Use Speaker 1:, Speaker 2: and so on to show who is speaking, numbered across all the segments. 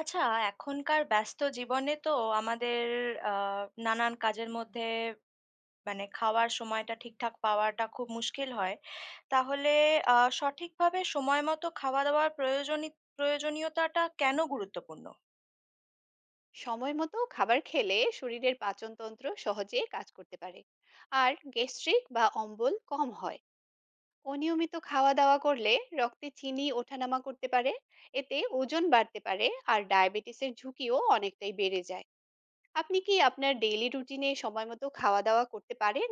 Speaker 1: আচ্ছা, এখনকার ব্যস্ত জীবনে তো আমাদের আ নানান কাজের মধ্যে মানে খাওয়ার সময়টা ঠিকঠাক পাওয়াটা খুব মুশকিল হয়। তাহলে সঠিকভাবে সময় মতো খাওয়া-দাওয়ার প্রয়োজনীয়তাটা কেন গুরুত্বপূর্ণ?
Speaker 2: সময় মতো খাবার খেলে শরীরের পাচনতন্ত্র সহজে কাজ করতে পারে, আর গ্যাস্ট্রিক বা অম্বল কম হয়। অনিয়মিত খাওয়া দাওয়া করলে রক্তে চিনি ওঠানামা করতে পারে, এতে ওজন বাড়তে পারে, আর ডায়াবেটিসের ঝুঁকিও অনেকটাই বেড়ে যায়। আপনি কি আপনার ডেইলি রুটিনে সময় মতো খাওয়া দাওয়া করতে পারেন?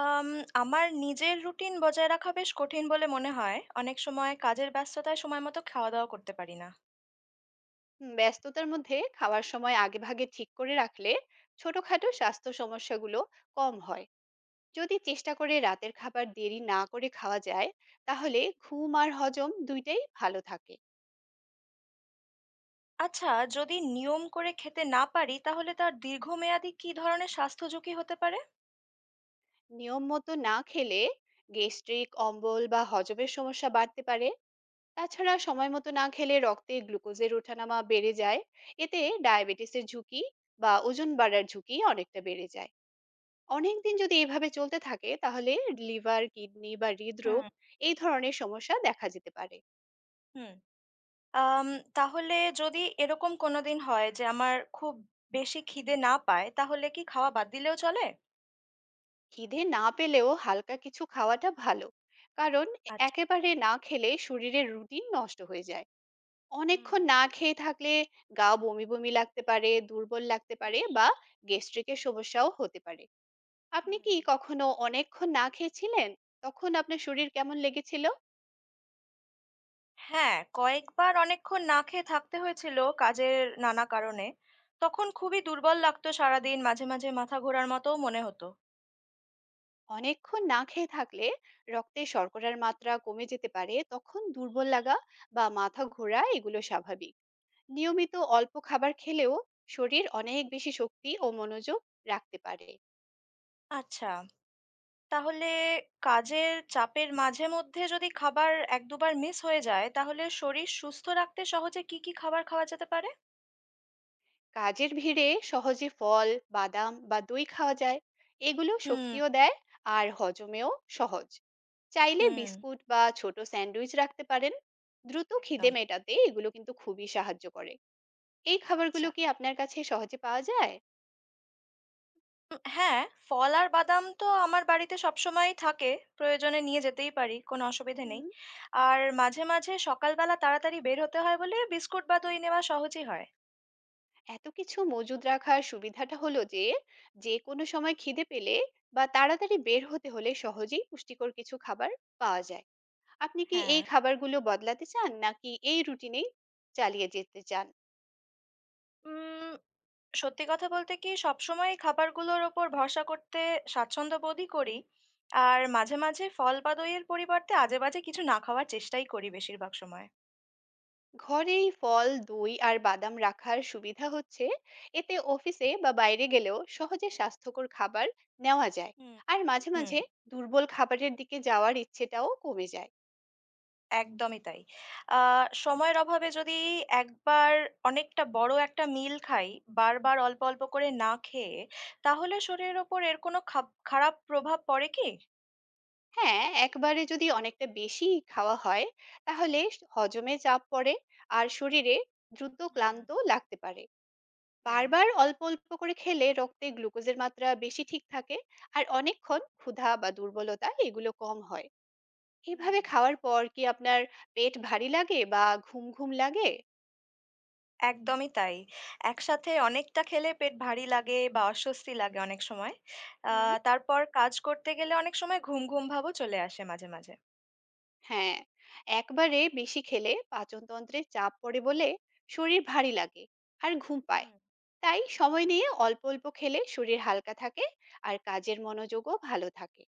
Speaker 1: আম আমার নিজের রুটিন বজায় রাখা বেশ কঠিন বলে মনে হয়। অনেক সময় কাজের ব্যস্ততায় সময় মতো খাওয়া-দাওয়া করতে পারি না।
Speaker 2: হুম, ব্যস্ততার মধ্যে খাওয়ার সময় আগেভাগে ঠিক করে রাখলে ছোটখাটো স্বাস্থ্য সমস্যাগুলো কম হয়। যদি চেষ্টা করে রাতের খাবার দেরি না করে খাওয়া যায়, তাহলে ঘুম আর হজম দুইটাই ভালো থাকে।
Speaker 1: আচ্ছা, যদি নিয়ম করে খেতে না পারি তাহলে তার দীর্ঘমেয়াদী কী ধরনের স্বাস্থ্য ঝুঁকি হতে পারে?
Speaker 2: নিয়ম মতো না খেলে গ্যাস্ট্রিক অম্বল বা হজমের সমস্যা বাড়তে পারে। তাছাড়া সময় মতো না খেলে রক্তে গ্লুকোজের ওঠানামা বেড়ে যায়, এতে ডায়াবেটিসের ঝুঁকি বা ওজন বাড়ার ঝুঁকি অনেকটা বেড়ে যায়। অনেকদিন যদি এভাবে চলতে থাকে, তাহলে লিভার কিডনি বা
Speaker 1: হুম।
Speaker 2: হৃদরোগ এই ধরনের সমস্যা দেখা যেতে পারে।
Speaker 1: হুম। আম তাহলে যদি এরকম কোনোদিন হয় যে আমার খুব বেশি খিদে না পায়, তাহলে কি খাওয়া বাদ দিলেও চলে?
Speaker 2: খিদে না পেলেও হালকা কিছু খাওয়াটা ভালো, কারণ
Speaker 1: আচ্ছা।
Speaker 2: একেবারে না খেলে শরীরের রুটিন নষ্ট হয়ে যায়।
Speaker 1: হুম,
Speaker 2: অনেকক্ষণ না খেয়ে থাকলে গা বমি বমি লাগতে পারে, দুর্বল লাগতে
Speaker 1: হুম,
Speaker 2: পারে, বা গ্যাস্ট্রিকের সমস্যাও হতে পারে। আপনি
Speaker 1: হুম।
Speaker 2: কি কখনো অনেকক্ষণ না খেয়েছিলেন? তখন আপনার শরীর কেমন লেগেছিল?
Speaker 1: হ্যাঁ, কয়েকবার অনেকক্ষণ না খেয়ে থাকতে হয়েছিল কাজের নানা কারণে। তখন খুবই দুর্বল লাগতো সারাদিন, মাঝে, মাঝে মাথা ঘোরার মতোও মনে হতো।
Speaker 2: অনেকক্ষণ না খেয়ে থাকলে রক্তে শর্করার মাত্রা কমে যেতে পারে, তখন দুর্বল লাগা বা মাথা ঘোরা এগুলো স্বাভাবিক। নিয়মিত অল্প খাবার খেলেও শরীর অনেক বেশি শক্তি ও মনোযোগ রাখতে পারে।
Speaker 1: আচ্ছা, তাহলে কাজের চাপের মাঝে মধ্যে যদি খাবার ১-২ বার মিস হয়ে যায়, তাহলে শরীর সুস্থ রাখতে সহজে কী, কী খাবার খাওয়া যেতে পারে?
Speaker 2: কাজের ভিড়ে সহজে ফল, বাদাম বা দই খাওয়া যায়, এগুলো
Speaker 1: হুম,
Speaker 2: শক্তিও দেয় আর হজমেও সহজ। চাইলে
Speaker 1: হুম,
Speaker 2: বিস্কুট বা ছোট স্যান্ডউইচ রাখতে পারেন, দ্রুত খিদে
Speaker 1: একদম।
Speaker 2: মেটাতে এগুলো কিন্তু খুবই সাহায্য করে। এই খাবারগুলো
Speaker 1: আচ্ছা।
Speaker 2: কি আপনার কাছে সহজে পাওয়া যায়?
Speaker 1: হ্যাঁ, ফল আর বাদাম তো আমার বাড়িতে সবসময়ই থাকে। প্রয়োজনে নিয়ে যেতেই পারি, কোনো অসুবিধে নেই।
Speaker 2: হুম।
Speaker 1: আর মাঝে, মাঝে সকালবেলা তাড়াতাড়ি বের হতে হয় বলে বিস্কুট বা দই নেওয়া সহজই হয়।
Speaker 2: এত কিছু মজুদ রাখার সুবিধাটা হলো যে, যেকোনো সময় খিদে পেলে বা তাড়াতাড়ি বের হতে হলে সহজেই পুষ্টিকর কিছু খাবার পাওয়া যায়। আপনি কি
Speaker 1: হ্যাঁ।
Speaker 2: এই খাবারগুলো বদলাতে চান নাকি এই রুটিনেই চালিয়ে যেতে চান?
Speaker 1: উম সত্যি কথা বলতে কি সবসময় খাবারগুলোর ওপর ভরসা করতে স্বাচ্ছন্দ্য বোধই করি। আর মাঝে, মাঝে ফল বা দইয়ের পরিবর্তে আজেবাজে কিছু না খাওয়ার চেষ্টাই করি বেশিরভাগ সময়।
Speaker 2: ঘরেই ফল, দই আর বাদাম রাখার সুবিধা হচ্ছে, এতে অফিসে বা বাইরে গেলেও সহজে স্বাস্থ্যকর খাবার নেওয়া যায়।
Speaker 1: হুম,
Speaker 2: আর মাঝে,
Speaker 1: হুম।
Speaker 2: মাঝে দুর্বল খাবারের দিকে যাওয়ার ইচ্ছেটাও কমে যায়।
Speaker 1: একদমই তাই। আ সময়ের অভাবে যদি একবার অনেকটা বড় একটা মিল খাই, বারবার অল্প, অল্প করে না খেয়ে, তাহলে শরীরের ওপর এর কোনো খাপ খারাপ প্রভাব পড়ে কি?
Speaker 2: হ্যাঁ, একবারে যদি অনেকটা বেশি খাওয়া হয়, তাহলে হজমে চাপ পড়ে আর শরীরে দ্রুত
Speaker 1: হুম,
Speaker 2: ক্লান্ত লাগতে পারে।
Speaker 1: হ্যাঁ।
Speaker 2: বারবার অল্প অল্প করে খেলে রক্তে গ্লুকোজের মাত্রা বেশি ঠিক থাকে, আর অনেকক্ষণ ক্ষুধা বা দুর্বলতা এগুলো কম হয়।
Speaker 1: হুম।
Speaker 2: এভাবে খাওয়ার পর কি আপনার পেট ভারী লাগে বা ঘুম ঘুম লাগে?
Speaker 1: একদমই তাই। একসাথে অনেকটা খেলে পেট ভারী লাগে বা অস্বস্তি লাগে অনেক সময়। আ
Speaker 2: হুম।
Speaker 1: তারপর কাজ করতে গেলে অনেক সময় ঘুম, ঘুম ভাবও চলে আসে মাঝে, মাঝে।
Speaker 2: হ্যাঁ, একবারে বেশি খেলে পাচনতন্ত্রে চাপ পড়ে বলে শরীর ভারী লাগে আর ঘুম পায়।
Speaker 1: হুম,
Speaker 2: তাই
Speaker 1: হুম।
Speaker 2: সময় নিয়ে অল্প অল্প খেলে শরীর হালকা থাকে আর কাজের মনোযোগও ভালো থাকে।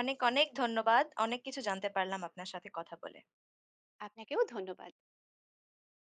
Speaker 1: অনেক, অনেক ধন্যবাদ। অনেক কিছু জানতে পারলাম আপনার সাথে কথা বলে।
Speaker 2: আপনাকেও ধন্যবাদ।